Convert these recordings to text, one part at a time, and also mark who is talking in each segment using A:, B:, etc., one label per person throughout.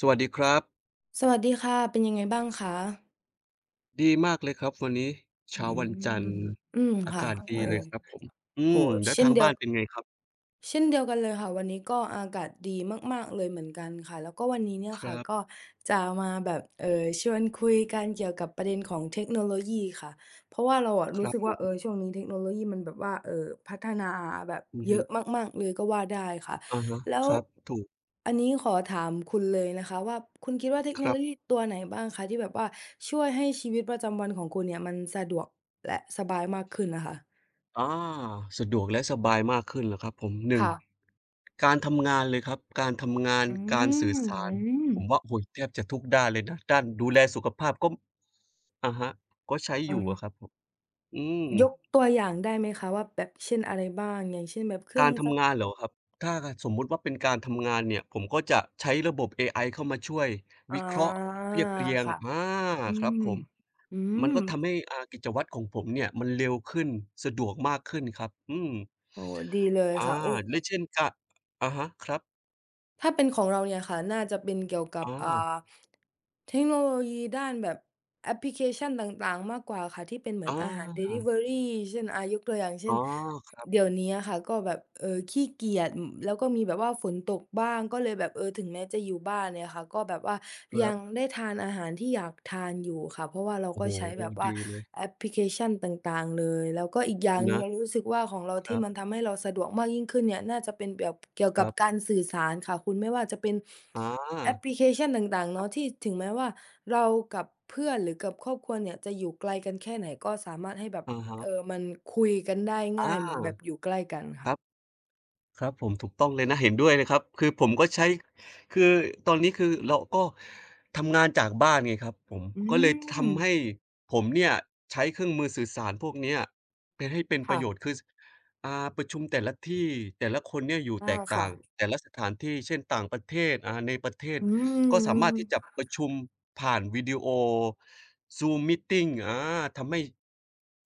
A: สวัสดีครับ
B: สวัสดีค่ะ เป็นยังไงบ้างคะ
A: ดีมากเลยครับวันนี้
B: อื
A: เช้าวันจันท
B: ม
A: ร์
B: อืม
A: อา
B: ค่ะ
A: กาศดี
B: โอ้
A: เลยครับผมอื
B: โอ้โฮ
A: มแล้ว
B: เช่น
A: ทาง
B: เดียว
A: บ้านเป็นไงครับ
B: เช่นเดียวกันเลยค่ะวันนี้ก็อากาศดีมากๆเลยเหมือนกันค่ะแล้วก็วันนี้เนี่ย
A: ค
B: ค่ะ
A: รั
B: ก็
A: บ
B: จะมาแบบชวนคุยกันเกี่ยวกับประเด็นของเทคโนโลยีค่ะเพราะว่าเราอะ
A: ค
B: รู้
A: รับ
B: สึก
A: ผ
B: ว่าเออ
A: ม
B: ช่วงนี้เทคโนโลยีมันแบบว่าพัฒนาแบบ
A: อือ
B: เย
A: ฮึ
B: อะมากๆเลยก็ว่าได้ค่ะ
A: อะฮะ
B: แล้ว
A: ครับถูก
B: อันนี้ขอถามคุณเลยนะคะว่าคุณคิดว่าเทค
A: ค
B: โน
A: รั
B: โล
A: บ
B: ยีตัวไหนบ้างคะที่แบบว่าช่วยให้ชีวิตประจำวันของคุณเนี่ยมันสะดวกและสบายมากขึ้นน่ะค่ะ
A: อาสะดวกและสบายมากขึ้นเหรอครับผมหนึ่ง
B: ค่ะ
A: การทำงานเลยครับการทำงาน
B: อื
A: การสื่อ
B: ม
A: สา
B: อื
A: ร
B: ม
A: ผมว่าโอ้โฮแทบจะทุกด้านเลยนะด้านดูแลสุขภาพก็อะฮะก็ใช้อยู่อะครั
B: อา
A: บผมอืม
B: ยกตัวอย่างได้ไหมคะว่าแบบเช่นอะไรบ้างอย่างเช่นแบบเครื่
A: กา
B: อง
A: ร
B: ซัก
A: ทำงานเหรอครับถ้าสมมุติว่าเป็นการทำงานเนี่ยผมก็จะใช้ระบบเอไอเข้ามาช่วย
B: อา
A: วิเคราะห์เรียบเรียง
B: ค่ะ
A: อา
B: อื
A: ครั
B: ม
A: บผม
B: อื
A: มั
B: ม
A: นก็ทำให้กิจวัตรของผมเนี่ยมันเร็วขึ้นสะดวกมากขึ้นครับอืม
B: โอ้โฮดีเลย
A: อา
B: ค่ะโอ้
A: และเช่นกะอะฮะครับ
B: ถ้าเป็นของเราเนี่ยค่ะน่าจะเป็นเกี่ยวกับ
A: อา
B: เทคโนโลยีด้านแบบแอปพลิเคชันต่างๆมากกว่าค่ะที่เป็นเหมือ
A: อ
B: นอาหารดิลิ
A: า
B: เวอรีเช่นยกตัวอย่าง
A: อ๋
B: เช่
A: อ
B: น
A: ครับ
B: เดี๋ยวนี้อะค่ะก็แบบเออขี้เกียจอืมแล้วก็มีแบบว่าฝนตกบ้างก็เลยแบบเออถึงแม้จะอยู่บ้านเนี่ยค่ะก็แบบว่ายัง
A: ๆ
B: ได้ทานอาหารที่อยากทานอยู่ค่ะเพราะว่าเรา
A: โอ้
B: ก็
A: โ
B: ใช้
A: ฮ
B: แบบว่า
A: ดีเลย
B: แอปพลิเคชันต่างๆเลยแล้วก็อีกอย่างหนึ่ง
A: นะ
B: เรารู้สึกว่าของเรา
A: ค
B: ที่
A: รั
B: มัน
A: บ
B: ทำให้เราสะดวกมากยิ่งขึ้นเนี่ยน่าจะเป็นแบบเกี่ยวกับการสื่อสารค่ะคุณไม่ว่าจะเป็น
A: ๆอา
B: แอปพลิเคชันต่างๆ
A: ครั
B: เนาะที่
A: บ
B: ถึงแม้ว่าเรากับเพื่อนหรือกับครอบครัวเนี่ยจะอยู่ไกลกันแค่ไหนก็สามารถให้แบบ
A: อะ
B: เออ
A: ฮะ
B: มันคุยกันได้ง่าย
A: อา
B: เหมือนแบบอยู่ใกล้กัน
A: ค
B: ค่ะ
A: รับ ครับผมถูกต้องเลยนะเห็นด้วยเลยครับคือผมก็ใช้คือตอนนี้คือเราก็ทำงานจากบ้านไงครับผม
B: อื
A: ก็เลย
B: ม
A: ทำให้ผมเนี่ยใช้เครื่องมือสื่อสารพวกเนี้ยเป็นให้เป็นป
B: ค่ะ
A: ระโยชน์คืออ่าประชุมแต่ละที่แต่ละคนเนี่ยอยู่
B: อา
A: แตกต่าง
B: ค่ะ
A: แต่ละสถานที่เช่นต่างประเทศในประเทศ
B: อื
A: ก็สา
B: ม
A: มารถที่จะ
B: ๆ
A: ประชุมผ่านวิดีโอ Zoom meeting อาทำให้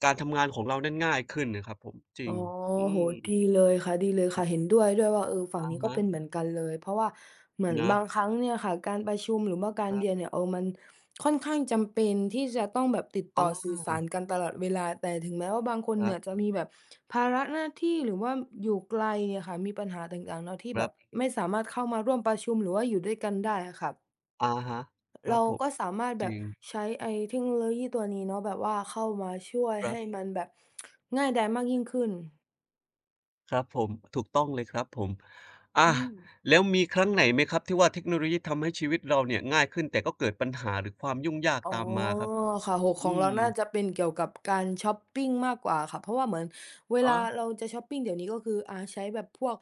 A: การทำงานของเรานั้นง่ายขึ้นน่ะครับผมจริ
B: อ๋อ
A: งอื
B: โอ้โฮ
A: ม
B: ดีเลยค่ะดีเลย
A: ครั
B: ค่ะเห็น
A: บ
B: ด้วยด้วยว่าเออฝั่ง
A: อะ
B: นี้ก็
A: ฮะ
B: เป็นเหมือนกันเลยเพราะว่าเหมือน
A: เนาะ
B: บางครั้งเนี่ยค่ะการประชุมหรือว่าการ
A: ครั
B: เรียน
A: บ
B: เนี่ยเออมันค่อนข้างจำเป็นที่จะต้องแบบติด
A: อ
B: ต่อสื่
A: า
B: อสารกันตลอดเวลาแต่ถึงแม้ว่าบางคน
A: ครั
B: เนี่ยจะ
A: บ
B: มีแบบภาระหน้าที่หรือว่าอยู่ไกลเนี่ยค่ะมีปัญหาต่างๆเนาะที่
A: ค
B: แบ
A: รั
B: บ
A: บ
B: ไม่สามารถเข้ามาร่วมประชุมหรือว่าอยู่ด้วยกันได้อะค่ะ
A: อะฮะครั
B: เรา
A: บผม
B: ก็สามารถแบ
A: จริ
B: บ
A: ง
B: ใช้ไอ้เทคโนโลยีตัวนี้เนาะแบบว่าเข้ามาช่วย
A: ครั
B: ให้
A: บ
B: มันแบบง่ายดายมากยิ่งขึ้น
A: ครับผมถูกต้องเลยครับผมอา
B: อืม
A: แล้วมีครั้งไหนไหมครับที่ว่าเทคโนโลยีทำให้ชีวิตเราเนี่ยง่ายขึ้นแต่ก็เกิดปัญหาหรือความยุ่งยาก
B: อ๋อ
A: ตามมาครับผม
B: ค่ะหอข
A: อื
B: องเราน่าจะ
A: ม
B: เป็นเกี่ยวกับการช็อปปิงมากกว่าค่ะเพราะว่าเหมือนเว
A: อ๋
B: ลาเราจะช็อปปิงเดี๋ยวนี้ก็คือใช้แบบพวก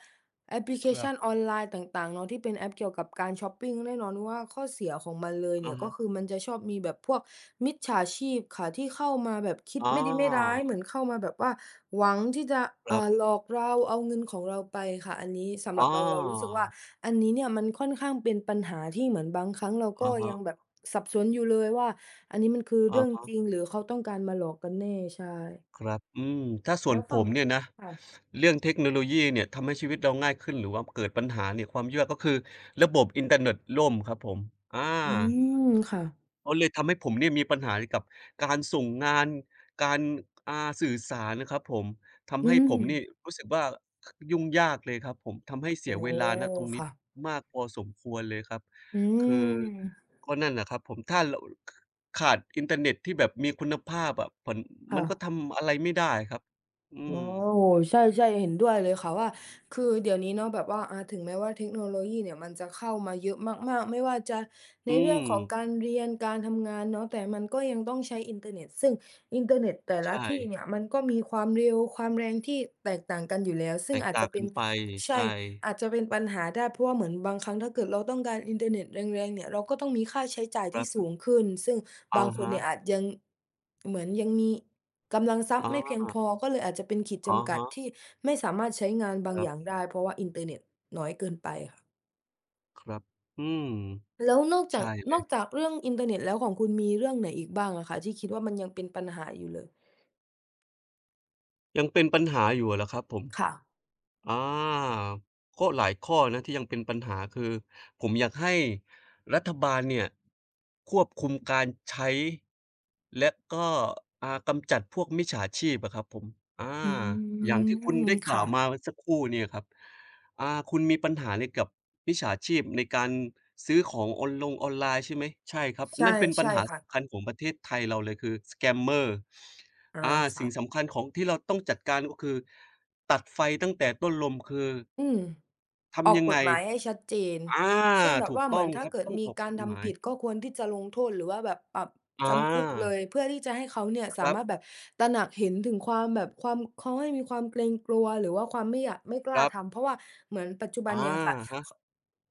B: แอปพลิเค
A: ครั
B: ชันออ
A: บ
B: นไลน์ต่างๆเนาะที่เป็นแอปเกี่ยวกับการช็อปปิงแน่นอนว่าข้อเสียของมันเลยเนี่
A: อะ
B: ยก็
A: ฮะ
B: คือมันจะชอบมีแบบพวกมิจฉาชีพค่ะที่เข้ามาแบบคิด
A: อา
B: ไม่ดีไม่ร้ายเหมือนเข้ามาแบบว่าหวังที่จะ
A: ครั
B: หล
A: บ
B: อกเราเอาเงินของเราไปค่ะอันนี้สำหรั
A: อา
B: บเราเรารู้สึกว่า อันนี้เนี่ยมันค่อนข้างเป็นปัญหาที่เหมือนบางครั้งเราก็
A: อะ
B: ยั
A: ฮะ
B: งแบบสับสนอยู่เลยว่าอันนี้มันคือ
A: อ
B: เรื่อง
A: ะ
B: จริงหรือเขาต้องการมาหลอกกันแน่ใช่
A: ครับอืมถ้าส่ว
B: แล้
A: น
B: ว
A: ผ
B: ฝั่ง
A: มเนี่ยนะ
B: ค่ะ
A: เรื่องเทคโนโลยีเนี่ยทำให้ชีวิตเราง่ายขึ้นหรือว่าเกิดปัญหาเนี่ยความเชื่อก็คือระบบอินเทอร์เน็ตล่มครับผมอา
B: อืมค่ะ
A: อ๋อเลยทำให้ผมเนี่ยมีปัญหาเกี่ยวกับการส่งงานการอ่าสื่อสารนะครับผมทำ
B: อื
A: ให้
B: ม
A: ผมนี่รู้สึกว่าคยุ่งยากเลยครับผมทำให้เสี
B: โอ้
A: ยเวลาณตรงนี้
B: ค่ะ
A: มากพอสมควรเลยครับ
B: อื
A: คือ
B: ม
A: ก็นั่นแหละครับผมถ้าเราขขาดอินเทอร์เน็ตที่แบบมีคุณภาพอะผลมั
B: ค่ะ
A: นก็ทำอะไรไม่ได้ครับอื
B: โอ้
A: ม
B: โฮใช่ๆเห็นด้วยเลยค่ะว่าคือเดี๋ยวนี้เนาะแบบว่าถึงแม้ว่าเทคโนโลยีเนี่ยมันจะเข้ามาเยอะมากๆไม่ว่าจะใน
A: อื
B: เรื่อง
A: ม
B: ของการเรียนการทำงานเนาะแต่มันก็ยังต้องใช้อินเทอร์เน็ตซึ่ง อินเทอร์เน็ตแต่ละ
A: ใช่
B: ที่เนี่ยมันก็มีความเร็วความแรงที่แตกต่างกันอยู่แล้วซึ่
A: แต
B: ง
A: ก
B: อาจ
A: ต่า
B: จะ
A: ง
B: เป็
A: กั
B: น
A: นไป
B: ใช่
A: ใช่
B: อาจจะเป็นปัญหาได้เพราะว่าเหมือนบางครั้งถ้าเกิดเราต้องการอินเทอร์เน็ตแรงๆเนี่ยเราก็ต้องมีค่าใช้จ่าย
A: ค
B: ที่
A: รั
B: สู
A: บ
B: งขึ้นซึ่งบา
A: อะ
B: งคน
A: ฮะ
B: เนี่ยอาจยังเหมือนยังมีกำลังทรัพ
A: อ๋
B: ย์
A: อ
B: ไม่เพียงพอก็เลยอาจจะเป็นขีด
A: อะ
B: จำกัด
A: ฮะ
B: ที่ไม่สามารถใช้งานบางอ
A: ค
B: ย่าง
A: ร
B: ได้เพราะว่าอินเทอร์เน็ตน้อยเกินไปค่ะ
A: ับๆอืม
B: แล้วนอกจาก
A: ใช่
B: เรื่องอินเทอร์เน็ตแล้วของคุณมีเรื่องไหนอีกบ้างอะคะที่คิดว่ามันยังเป็นปัญหาอยู่เลย
A: ยังเป็นปัญหาอยู่อะเหรอครับผม
B: ค่ะ
A: อาก็หลายข้อนะที่ยังเป็นปัญหาคือผมอยากให้รัฐบาลเนี่ยควบคุมการใช้และก็กำจัดพวกมิจฉาชีพอะครับผมอา
B: อื
A: อย่างที่คุณ
B: ม
A: ได้กล่า
B: ค่ะ
A: วมาเมื่อสักครู่เนี่ยครับอ่าคุณมีปัญหาในกับมิจฉาชีพในการซื้อของออนไลน์ใช่ไหม ใช่ครับ
B: ใช่
A: นั่นเป็นปั
B: ใช่
A: ญหา
B: ค่ะ
A: สำคัญของประเทศไทยเราเลยคือ Scammer
B: อา
A: อาสิ่ง
B: ค่ะ
A: สำคัญของที่เราต้องจัดการก็คือตัดไฟตั้งแต่ต้นลมคือ
B: อืม ออ
A: ทำ
B: ก
A: ยัง
B: ก
A: ไง
B: ฎหมายให้ชัดเจน
A: อา
B: เช่นแบบ
A: ถูก
B: ว่าเห
A: ต้
B: มื
A: อ
B: อ
A: ง
B: น
A: ค
B: ถ้า
A: รับ
B: เกิด
A: ต้อง
B: มี
A: ออกก
B: การ
A: ฎหมา
B: ทำ
A: ย
B: ผิดก็ควรที่จะลงโทษหรือว่าแบบปรับ
A: อา
B: จำคุกเลยเพื่อที่จะให้เขาเนี่ย
A: ค
B: สา
A: รั
B: มารถแบบตระหนักเห็นถึงความแบบความเขาให้มีความเกรงกลัวหรือว่าความไม่อยากไม่ก
A: บ
B: ล้า
A: ๆ
B: ทำเพราะว่าเหมือนปัจจุบั
A: อา
B: นเนี่ยค่ะ
A: ครั
B: ข
A: บ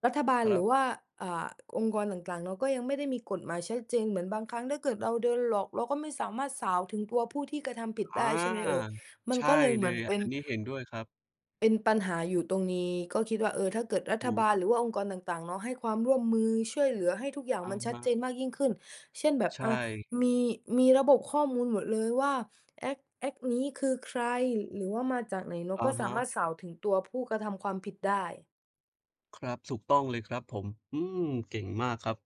B: รัฐ
A: อา
B: บาล
A: ฮะค
B: ห
A: รั
B: รือ
A: บ
B: ว่าอ่าองค์กรต่างๆเนาะก็ยังไม่ได้มีกฎหมายชัดเจนเหมือนบางครั้งถ้าเกิดเราเดินหลอกเราก็ไม่สามารถสาวถึงตัวผู้ที่กระทำผิด
A: อ
B: ได้ใช่ไหมเอ่ย
A: า
B: มัน
A: ใช่
B: ก็เลยเห
A: เล
B: มือน
A: ยอะ
B: เป็น
A: อันนี้เห็นด้วยครับ
B: ปัญหาอยู่ตรงนี้ก็คิดว่าเออถ้าเกิดรัฐ
A: ถูก
B: บาลหรือว่าองค์กรต่างๆเนาะให้ความร่วมมือช่วยเหลือให้ทุกอย่าง
A: อะ
B: มันชัด
A: ฮะ
B: เจนมากยิ่งขึ้นเช่นแบบ
A: ใช
B: อา
A: ่
B: มีมีระบบข้อมูลหมดเลยว่าแอ็กต์นี้คือใครหรือว่ามาจากไหนเนาะก็
A: อะ
B: สา
A: ฮะ
B: มารถสาวถึงตัวผู้กระทำความผิดได้
A: ครับถูกต้องเลยครับผมอืมเก่งมากครับ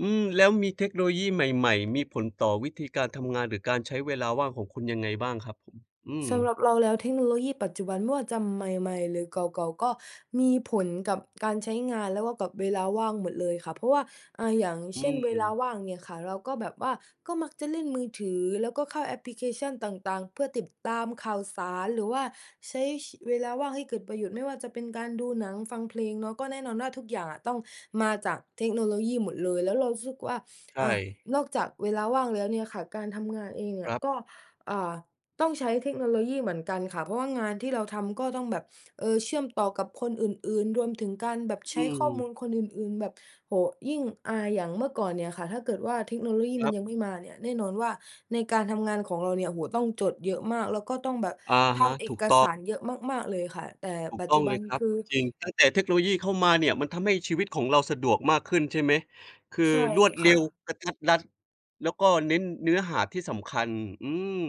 A: อืมแล้วมีเทคโนโลยีใหม่ๆมีผลต่อวิธีการทำงานหรือการใช้เวลาว่างของคุณยังไงบ้างครับผมอืม
B: สำหรับเราแล้วเทคโนโลยีปัจจุบันไม่ว่าจะใหม่ๆหรือเก่าๆก็มีผลกับการใช้งานแล้วก็กับเวลาว่างหมดเลยค่ะเพราะว่าอย่าง
A: อื
B: เช่นเว
A: ม
B: ลาว่างเนี่ยค่ะเราก็แบบว่าก็มักจะเล่นมือถือแล้วก็เข้าแอปพลิเคชันต่างๆเพื่อติดตามข่าวสารหรือว่าใช้ชเวลาว่างให้เกิดประโยชน์ไม่ว่าจะเป็นการดูหนังฟังเพลงเนาะก็แน่นอนว่าทุกอย่างอะต้องมาจากเทคโนโลยีหมดเลยแล้วเรารู้สึกว่า
A: ใช่
B: อ่านอกจากเวลาว่างแล้วเนี่ยค่ะการทำงานเองเนี่
A: ค
B: ย
A: รั
B: ก็
A: บ
B: อ่า ต้องใช้เทคโนโลยีเหมือนกันค่ะเพราะว่างานที่เราทำก็ต้องแบบเชื่อมต่อกับคนอื่นๆรวมถึงการแบบใช้
A: อืม
B: ข้อมูลคนอื่นๆแบบโอ้โฮยิ่งอย่างเมื่อก่อนเนี่ยค่ะถ้าเกิดว่าเทคโนโลยี
A: ค
B: มั
A: รั
B: นยัง
A: บ
B: ไม่มาเนี่ยแน่นอนว่าในการทำงานของเราเนี่ยโอ้โฮต้องจดเยอะมากแล้วก็ต้องแบบ
A: อะฮะ
B: ทำเอ
A: ถูก
B: ก
A: ต้อง
B: สารเยอะมากๆเลยค่ะแต่
A: ถูก
B: ปัจ
A: ต้อ
B: จุ
A: งเล
B: บัน
A: ยครับ
B: คือ
A: จริงตั้งแต่เทคโนโลยีเข้ามาเนี่ยมันทำให้ชีวิตของเราสะดวกมากขึ้นใช่ไหมคือ
B: ใช่
A: รวด
B: ค่ะ
A: เร็วกระทัดรัดแล้วก็เน้นเนื้อหาที่สำคัญอืม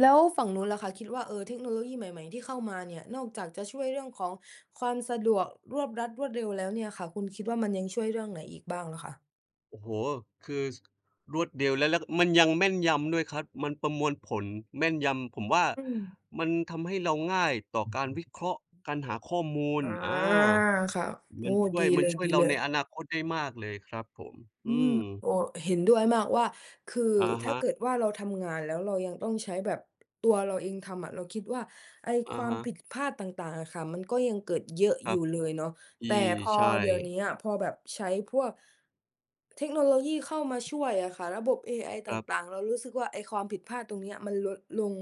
B: แล้วฝั่งนู้นล่ะคะคิดว่าเออเทคโนโลยีใหม่ๆที่เข้ามาเนี่ยนอกจากจะช่วยเรื่องของความสะดวกรวบรัดรวดเร็วแล้วเนี่ยค่ะคุณคิดว่ามันยังช่วยเรื่องไหนอีกบ้างเหรอคะ
A: โอ้โฮคือสรวดเร็วแล้วแล้วมันยังแม่นยำด้วยครับมันประมวลผลแม่นยำผมว่า
B: อืม
A: มันทำให้เราง่ายต่อการวิเคราะห์การหาข้อมูล
B: อ
A: อา
B: าค่ะโอ้
A: มันช่วย
B: ดี
A: เรา
B: เลย
A: ในอ
B: ๆ
A: นาคตได้มากเลยครับผม
B: อื
A: อื
B: ม
A: ม
B: โอ้เห็นด้วยมากว่าคือ
A: อะ
B: ถ้า
A: ฮะ
B: เกิดว่าเราทำงานแล้วเรายังต้องใช้แบบตัวเราเองทำอะเราคิดว่าไอ้ค
A: อะ
B: วาม
A: ฮะ
B: ผิดพลาดต่างๆอะค่ะมันก็ยังเกิดเยอะ
A: ค
B: อ
A: รั
B: ยู่
A: บ
B: เลยเนาะ
A: อี
B: แต่พอ
A: ใช่
B: เดี๋ยวเนี้ยพอแบบใช้พวกเทคโนโลยีเข้ามาช่วยอะค่ะระบบเอไอต
A: ครั
B: ่า
A: บ
B: งๆเรารู้สึกว่าไอ้ความผิดพลาดตรงเนี้ยมันลดลง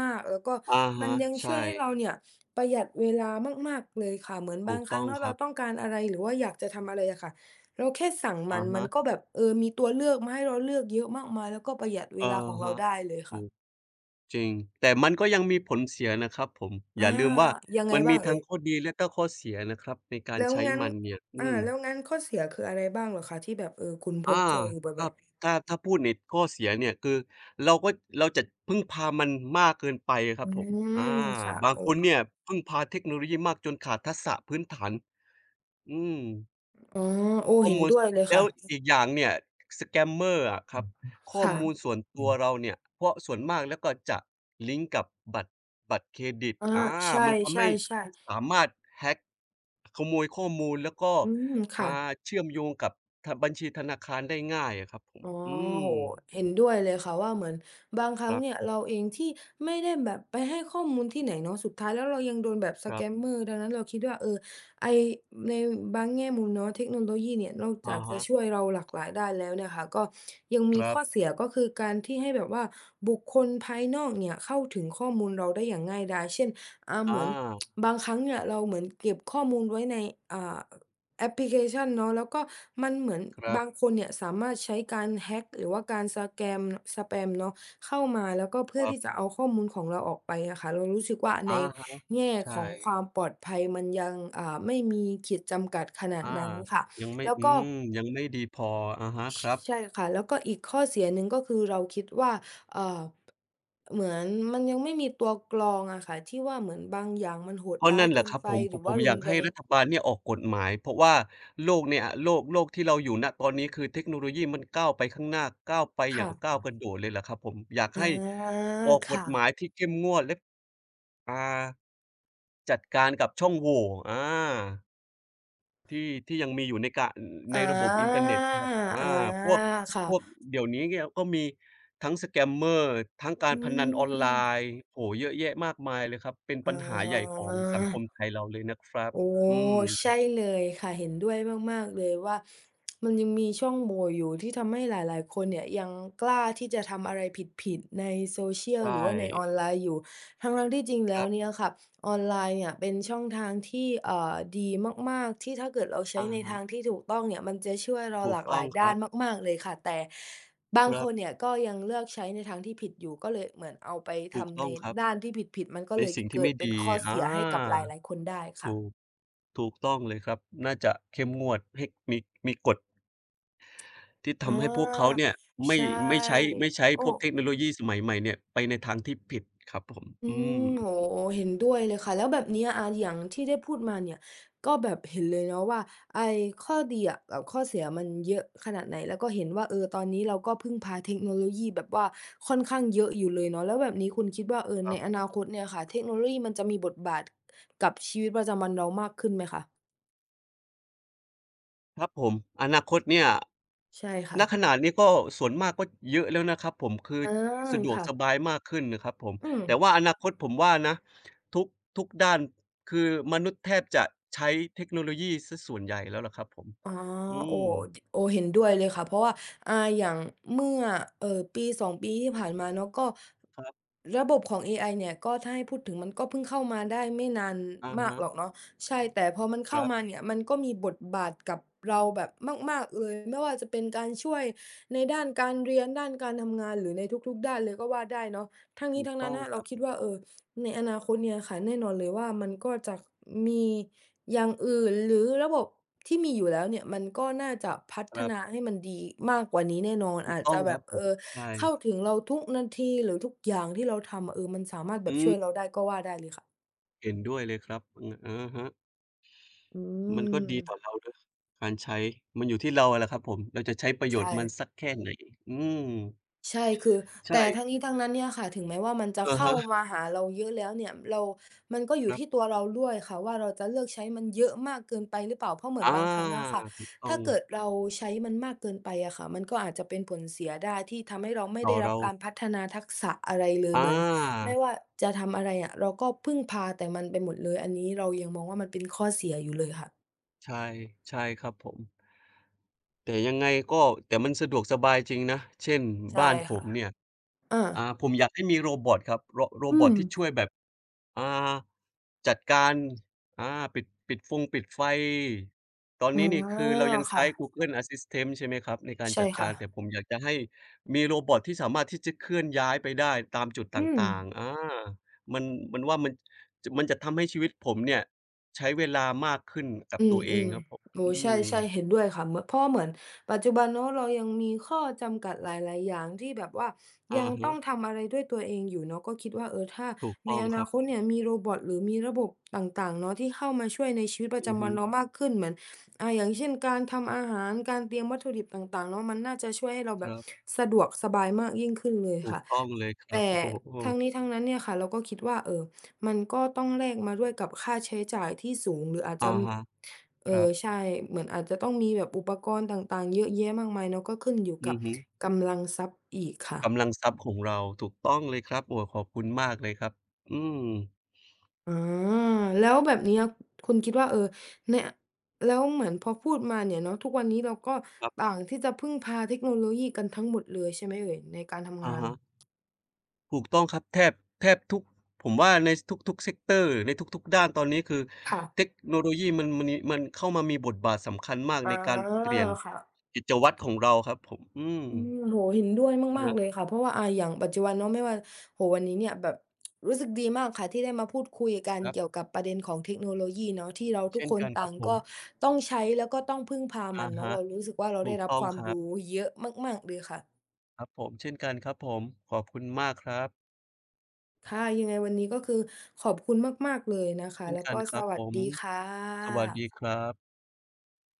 B: มากๆแล้วก็
A: อะ
B: มัน
A: ฮะ
B: ยังช่ว
A: ใช่
B: ยให้เราเนี่ยประหยัดเวลามากๆเลยค่ะเหมือน
A: ถู
B: บาง
A: ก
B: ครั้
A: ต้
B: ง
A: อง
B: เนาะ
A: ค
B: เรา
A: รับ
B: ต้องการอะไรหรือว่าอยากจะทำอะไรอะค่ะ เราแค่สั่งมั
A: อะ
B: นมัน
A: ฮะ
B: ก็แบบเออมีตัวเลือกมาให้เราเลือกเยอะมากมายแล้วก็ประหยัดเว
A: อะ
B: ลาของเรา
A: ฮะ
B: ได้เลยค่ะ
A: ถูกจริง แต่มันก็ยังมีผลเสียนะครับผม อ
B: อา
A: ย่าลืมว่า
B: ยังไง
A: มัน
B: บ้า
A: มี
B: งเอ่
A: ทั้
B: ย
A: งข้อดีและก็ข้อเสียนะครับในการ
B: แล้ว
A: ใช้
B: งั้น
A: มันเนี่ย
B: อา
A: อืม
B: แล้วงั้นข้อเสียคืออะไรบ้างเหรอคะที่แบบเออคุณพบ
A: อา
B: เจออยู่
A: ค
B: บ่
A: รั
B: อย
A: บถ้าพูดในข้อเสียเนี่ยคือเราก็เราจะพึ่งพามันมากเกินไปค
B: ๆอื
A: รับผมอา
B: มค่ะ
A: บาง
B: โอ้
A: คนเนี่ยพึ่งพาเทคโนโลยีมากจนขาดทักษะพื้นฐานอืม
B: อ๋อโอ้
A: ข้อ
B: เห็น
A: มูล
B: ด้วยเลย
A: แล้
B: ค่ะ
A: วอีกอย่างเนี่ย scammer อะครับข้อ
B: ค่ะ
A: มูลส่วน
B: อื
A: ตัวเราเนี่ยเพราะส่วนมากแล้วก็จะลิงก์กับบัตรบัตรเครดิตอา
B: ใชา
A: มัน
B: ใ
A: ทำให้
B: ช่ๆ
A: สามารถ hack ขโมยข้อมูลแล้วก็
B: ๆอืมค่ะ
A: อ่าเชื่อมโยงกับทบัญชีธนาคารได้ง่ายอะครับผม
B: อ๋อ
A: อืม
B: โหเห็นด้วยเลยค่ะว่าเหมือนบางครั้
A: ค
B: ง
A: รั
B: เนี่ยเราเองที่ไม่ได้แบบไปให้ข้อมูลที่ไหนเนาะสุดท้ายแล้วเรายังโดนแบบส
A: บ
B: แกม
A: ๆ
B: เมอร์ดังนั้นเราคิดว่าเออไอ้ในบางแง่มุมเนาะเทคโนโลยีเนี่ยนอกจา
A: อะ
B: กจะ
A: ฮะ
B: ช่วยเราหลากหลายได้แล้วเนี่ยค่ะก็ยัง
A: ค
B: มี
A: รั
B: ข้
A: บ
B: อเสียก็คือการที่ให้แบบว่าบุคคลภายนอกเนี่ยเข้าถึงข้อมูลเราได้อย่างง่ายดายเช่นเหมือน
A: อา
B: บางครั้งเนี่ยเราเหมือนเก็บข้อมูลไว้ในอ่า แอปพลิเคชันเนาะแล้วก็มันเหมือน
A: ครับ
B: บางคนเนี่ยสามารถใช้การ hack หรือว่าการสแปมเนาะเข้ามาแล้วก็เพื่
A: ค
B: อ
A: รั
B: ที่จะ
A: บ
B: เอาข้อมูลของเราออกไปอะค่ะเรารู้สึกว่าใน
A: อา
B: แง่
A: ใ
B: ของค
A: ช่
B: วามปลอดภัยมันยังไม่มีขีดจำกัดขนาด
A: อา
B: นั้นค่ะ
A: ยังไม่
B: แล้วก็
A: ยังไม่ดีพออะฮะ
B: ช
A: ครับ
B: ใช่ค่ะแล้วก็อีกข้อเสียหนึ่งก็คือเราคิดว่าเอ่อเหมือนมันยังไม่มีตัวกรองอะค่ะที่ว่าเหมือนบางอย่างมันโหด
A: เพราะ
B: ร้าย
A: นั่นแห
B: เกิ
A: ละ
B: น
A: ครับ
B: ไป
A: ผม
B: ห
A: ผ
B: รื
A: ม
B: อ
A: ผ
B: ว่า
A: มอ
B: รุ
A: ยา
B: น
A: ก
B: แร
A: ให้
B: ง
A: รัฐบาลเนี่ยออกกฎหมายเพราะว่าโลกเนี่ยโลกที่เราอยู่ณตอนนี้คือเทคโนโลยีมันก้าวไปข้างหน้าก้าวไปอย่าง
B: ค่ะ
A: ก้าวกระโดดเลยแหละครับผมอยาก
B: อ
A: ให้
B: า
A: ออก
B: ค
A: กฎหมาย
B: ่ะ
A: ที่เข้มงวดและอ่าจัดการกับช่องโหว่อา ที่ที่ยังมีอยู่
B: อ
A: ในระบบอินเท
B: า
A: อร์
B: อ
A: เน็ตครับ
B: า
A: อาพวก
B: ค่ะ
A: พวกเดี๋ยวนี้เนี่ยก็มีทั้ง Scammer ทั้งกา
B: อื
A: รพนันออนไล
B: ม
A: น์โอ้โฮเยอะแยะมากมายเลยครับ เป็น
B: อ๋
A: ปัญหาใหญ่ของสังคม
B: อ
A: ไทยเราเลยนะครับ
B: โอ้
A: อืม
B: ใช่เลยค่ะเห็นด้วยมากๆเลยว่ามันยังมีช่องโหว่อยู่ที่ทำให้หลายๆคนเนี่ยยังกล้าที่จะทำอะไรผิดๆใน social หรือ
A: ใช่
B: ว่าในออนไลน์อยู่ทั้งๆที่จริง
A: ค
B: แล้ว
A: รับ
B: เนี่ยค่ะออนไลน์เนี่ยเป็นช่องทางที่ดีมากๆที่ถ้าเกิดเราใช้
A: อะ
B: ใน
A: ฮะ
B: ทางที่ถูกต้องเนี่ยมันจะช่วยเรา
A: ถู
B: ห
A: ก
B: ลากห
A: ต้
B: ลา
A: อง
B: ย
A: ค
B: ด้า
A: รั
B: น
A: บ
B: มากๆเลยค่ะแต่
A: ค
B: บางค
A: รั
B: นเนี่
A: บ
B: ยก็ยังเลือกใช้ในทางที่ผิดอยู่ก็เลยเหมือนเอาไป
A: ถูก
B: ทำ
A: ต้
B: ใน
A: องครับ
B: ด้านที่ผิดๆมันก็
A: ใน
B: เลย
A: สิ่งที่
B: เกิด
A: ไม่
B: เป็น
A: ดี
B: ข้อ
A: อ
B: เสียให้กับหล
A: า
B: ายๆคนได้ค่ะ
A: ถูกถูกต้องเลยครับ น่าจะเข้มงวดให้มีกฎ ที่
B: อ
A: ทำให้พวกเขา
B: า
A: เนี่ย
B: ใช
A: ไม่ไม่
B: ่
A: ไม่ใช้
B: โอ้
A: พวกเทคโนโลยีสมัยใหม่เนี่ยไปในทางที่ผิดครับผม
B: อื
A: อืม
B: มโอ้โฮเห็นด้วยเลยค่ะแล้วแบบเนี้ยอาอย่างที่ได้พูดมาเนี่ยก็แบบเห็นเลยเนาะว่าไอ้ข้อดีอะกับข้อเสียมันเยอะขนาดไหนแล้วก็เห็นว่าเออตอนนี้เราก็พึ่งพาเทคโนโลยีแบบว่าค่อนข้างเยอะอยู่เลยเนาะแล้วแบบนี้คุณคิดว่าเออ
A: ค
B: ใน
A: รั
B: อ
A: บ
B: นาคตเนี่ยค่ะเทคโนโลยีมันจะมีบทบาทกับชีวิตประจำวันเรามากขึ้นไหมคะ
A: ครับผมอนาคตเนี่ย
B: ใช่ค่ะ
A: ณขนาดนี้ก็ส่วนมากก็เยอะแล้วนะครับผมคือ
B: อา
A: สะดวกส
B: ค่ะ
A: บายมากขึ้นนะครับผม
B: อืม
A: แต่ว่าอนาคตผมว่านะทุกทุกด้านคือมนุษย์แทบจะใช้เทคโนโลยีเสียส่วนใหญ่แล้วล่ะครับผม
B: อ๋อ
A: อื
B: โอ้
A: ม
B: โอเห็นด้วยเลยค่ะเพราะว่าอ่าอย่างเมื่อ1ปีที่ผ่านมาเนาะก็
A: ครับ
B: ระบบของเอไอเนี่ยก็ถ้าให้พูดถึงมันก็เพิ่งเข้ามาได้ไม่นาน
A: อะ
B: มาก
A: ฮะ
B: หรอกเนาะใช่แต่พอมัน
A: ค
B: เข้า
A: รั
B: มา
A: บ
B: เนี่ยมันก็มีบทบาทกับเราแบบมากๆเลยไม่ว่าจะเป็นการช่วยในด้านการเรียนด้านการทำงานหรือในทุกๆด้านเลยก็ว่าได้เนาะทั้งนี้
A: ถูก
B: ทั้งนั้
A: ต้
B: น
A: อง
B: น่ะ
A: ค
B: เรา
A: รับ
B: คิดว่าเออ ในอนาคตเนี่ยค่ะแน่นอนเลยว่ามันก็จะมีอย่างอื่นหรือระบบที่มีอยู่แล้วเนี่ยมันก็น่าจะพั
A: ค
B: ฒ
A: รั
B: นา
A: บ
B: ให้มันดีมากกว่านี้แน่นอน
A: ถูก
B: อาจ
A: ต้อ
B: จะ
A: งค
B: แบ
A: รั
B: บ
A: บผมใช่
B: เข้าถึงเราทุกนาทีหรือทุกอย่างที่เราทำอะเออมันสามารถแบบ
A: อื
B: ช่วยเรา
A: ม
B: ได้ก็ว่าได้เลยค่ะ
A: เห็นด้วยเลยครับอืออะฮะ
B: อื
A: มันก็
B: ม
A: ดีต่อเรานะการใช้มันอยู่ที่เราอะแหละครับผม เราจะใช้ประโยช
B: ใช่
A: น์มันสักแค่ไหนอืม
B: ใช่คือ
A: ใช่
B: แต่ทั้งนี้ทั้งนั้นเนี่ยค่ะถึงแม้ว่ามันจะ
A: อะ
B: เข้า
A: ฮะ
B: มาหาเราเยอะแล้วเนี่ยเรามันก็อ
A: ค
B: ยู่
A: รั
B: ที่ตั
A: บ
B: วเราด้วยค่ะว่าเราจะเลือกใช้มันเยอะมากเกินไปหรือเปล่าเพราะเหมือน
A: อา
B: บางครั้งอะค่ะ
A: ถูกต้อ
B: ถ้า
A: ง
B: เกิดเราใช้มันมากเกินไปอะค่ะมันก็อาจจะเป็นผลเสียได้ที่ทำให้เราไม่
A: ต่
B: ได้
A: อ
B: รับ
A: เรา
B: การพัฒนาทักษะอะไรเลย
A: อ
B: เหมือนไม่
A: า
B: ว่าจะทำอะไรอะเราก็พึ่งพาแต่มันไปหมดเลยอันนี้เรายังมองว่ามันเป็นข้อเสียอยู่เลยค่ะ
A: ใช่ใช่ครับผมแต่ยังไงก็แต่มันสะดวกสบายจริงนะเช่น
B: ใช่
A: บ้านผ
B: ค่ะ
A: มเนี่ย
B: อา
A: ผมอยากให้มีโรบอตครับโร
B: อื
A: บอต
B: ม
A: ที่ช่วยแบบอ่าจัดการอ่าปิดไฟตอน
B: อ๋อ
A: นี้นี่คือเรายัง
B: ค่ะ
A: ใช้ Google Assistant ใช่ไหมครับในการ
B: ใช่
A: จัดกา
B: ค่ะ
A: รแต่ผมอยากจะให้มีโรบอตที่สามารถที่จะเคลื่อนย้ายไปได้ตามจุดต
B: อืม
A: ่างๆอามันมันว่ามันจมันจะทำให้ชีวิตผมเนี่ย ใช้เวลามากขึ้นกับ
B: อืม
A: ตัวเอ
B: อื
A: ง
B: ม
A: ครับผม
B: โอ้
A: อื
B: ใช่
A: ม
B: ใช่เห็นด้วยค่ะเหมือนเพราะ่เหมือนปัจจุบันเนาะเรายังมีข้อจำกัดหลายๆอย่างที่แบบว่า
A: อะ
B: ยังต้อ
A: ฮะ
B: งทำอะไรด้วยตัวเองอยู่เนาะก็คิดว่าเออถ้า
A: ถูก
B: ใน
A: ต้อง
B: อ
A: ค
B: นา
A: รับ
B: คตเนี่ยมีโรบอทหรือมีระบบต่างๆเนาะที่เข้ามาช่วยในชีวิตประ
A: อือ
B: จำ
A: ฮึ
B: วันเรามากขึ้นเหมือนอ่าอย่างเช่นการทำอาหารการเตรียมวัตถุดิบต่างๆเนาะมันน่าจะช่วยให้เรา
A: ค
B: แบบ
A: รับ
B: สะดวกสบายมากยิ่งขึ้นเลย
A: ถูก
B: ค่ะ
A: ต้องเลยครับ
B: แต่
A: โอ้โฮ
B: ทั้งนี้ทั้งนั้นเนี่ยค่ะเราก็คิดว่าเออ มันก็ต้องแลกมาด้วยกับค่าใช้จ่ายที่สูงหรืออาจ
A: อะ
B: จะ
A: ฮะครับ
B: ใช่เหมือนอาจจะต้องมีแบบอุปกรณ์ต่างๆเยอะแยะมากมายเนาะก็ขึ้นอยู่กั
A: อื
B: บ
A: อฮึ
B: กำลังทรัพย์อีกค่ะ
A: กำลังทรัพย์ของเราถูกต้องเลยครับโอ้ขอบคุณมากเลยครับอืม
B: อาแล้วแบบเนี้ยคุณคิดว่าเออเนี่ยแล้วเหมือนพอพูดมาเนี่ยเนาะทุกวันนี้เราก็
A: ครั
B: ต่า
A: บ
B: งที่จะพึ่งพาเทคโนโลยีกันทั้งหมดเลยใช่ไหมเอ่ยในการทำ
A: อะ
B: งาน
A: ฮะถูกต้องครับแทบแทบทุกผมว่าในทุกๆ sector ในทุกๆด้านตอนนี้คือ
B: ค่ะ
A: เทคโนโลยีมันมันเข้ามามีบทบาทสำคัญมาก
B: อา
A: ในการเปลี่ยน
B: ค่ะ
A: กิจวัตรของเราครับผมอืม
B: อืมโอ้โฮเห็นด้วยมากๆ
A: นะ
B: เลยค่ะเพราะว่าอ่าอย่างปัจจุบันเนาะไม่ว่าโอ้โฮวันนี้เนี่ยแบบรู้สึกดีมากค่ะที่ได้มาพูดคุยกัน
A: ครับ
B: เกี่ยวกับประเด็นของเทคโนโลยีเนาะที่เราทุก
A: เช่น
B: คน
A: กันค
B: ต่า
A: รับ
B: ง
A: ผม
B: ก็ต้องใช้แล้วก็ต้องพึ่งพามั
A: อะ
B: นเนาะ
A: ฮะ
B: เรารู้สึกว่าเรา
A: ถู
B: ได้
A: ก
B: รับ
A: ต้อ
B: ค
A: ง
B: วาม
A: ครับ
B: รู้เยอะมากๆเลยค่ะ
A: ครับผมเช่นกันครับผมขอบคุณมากครับ
B: ค่ะยังไงวันนี้ก็คือขอบคุณมากๆเลยนะคะ
A: เช่น
B: แล้ว
A: กัน
B: ก็
A: ค
B: ส
A: รับ
B: วั
A: ผ
B: ส
A: ม
B: ดีค่
A: สวัสดี
B: ะ
A: ครับ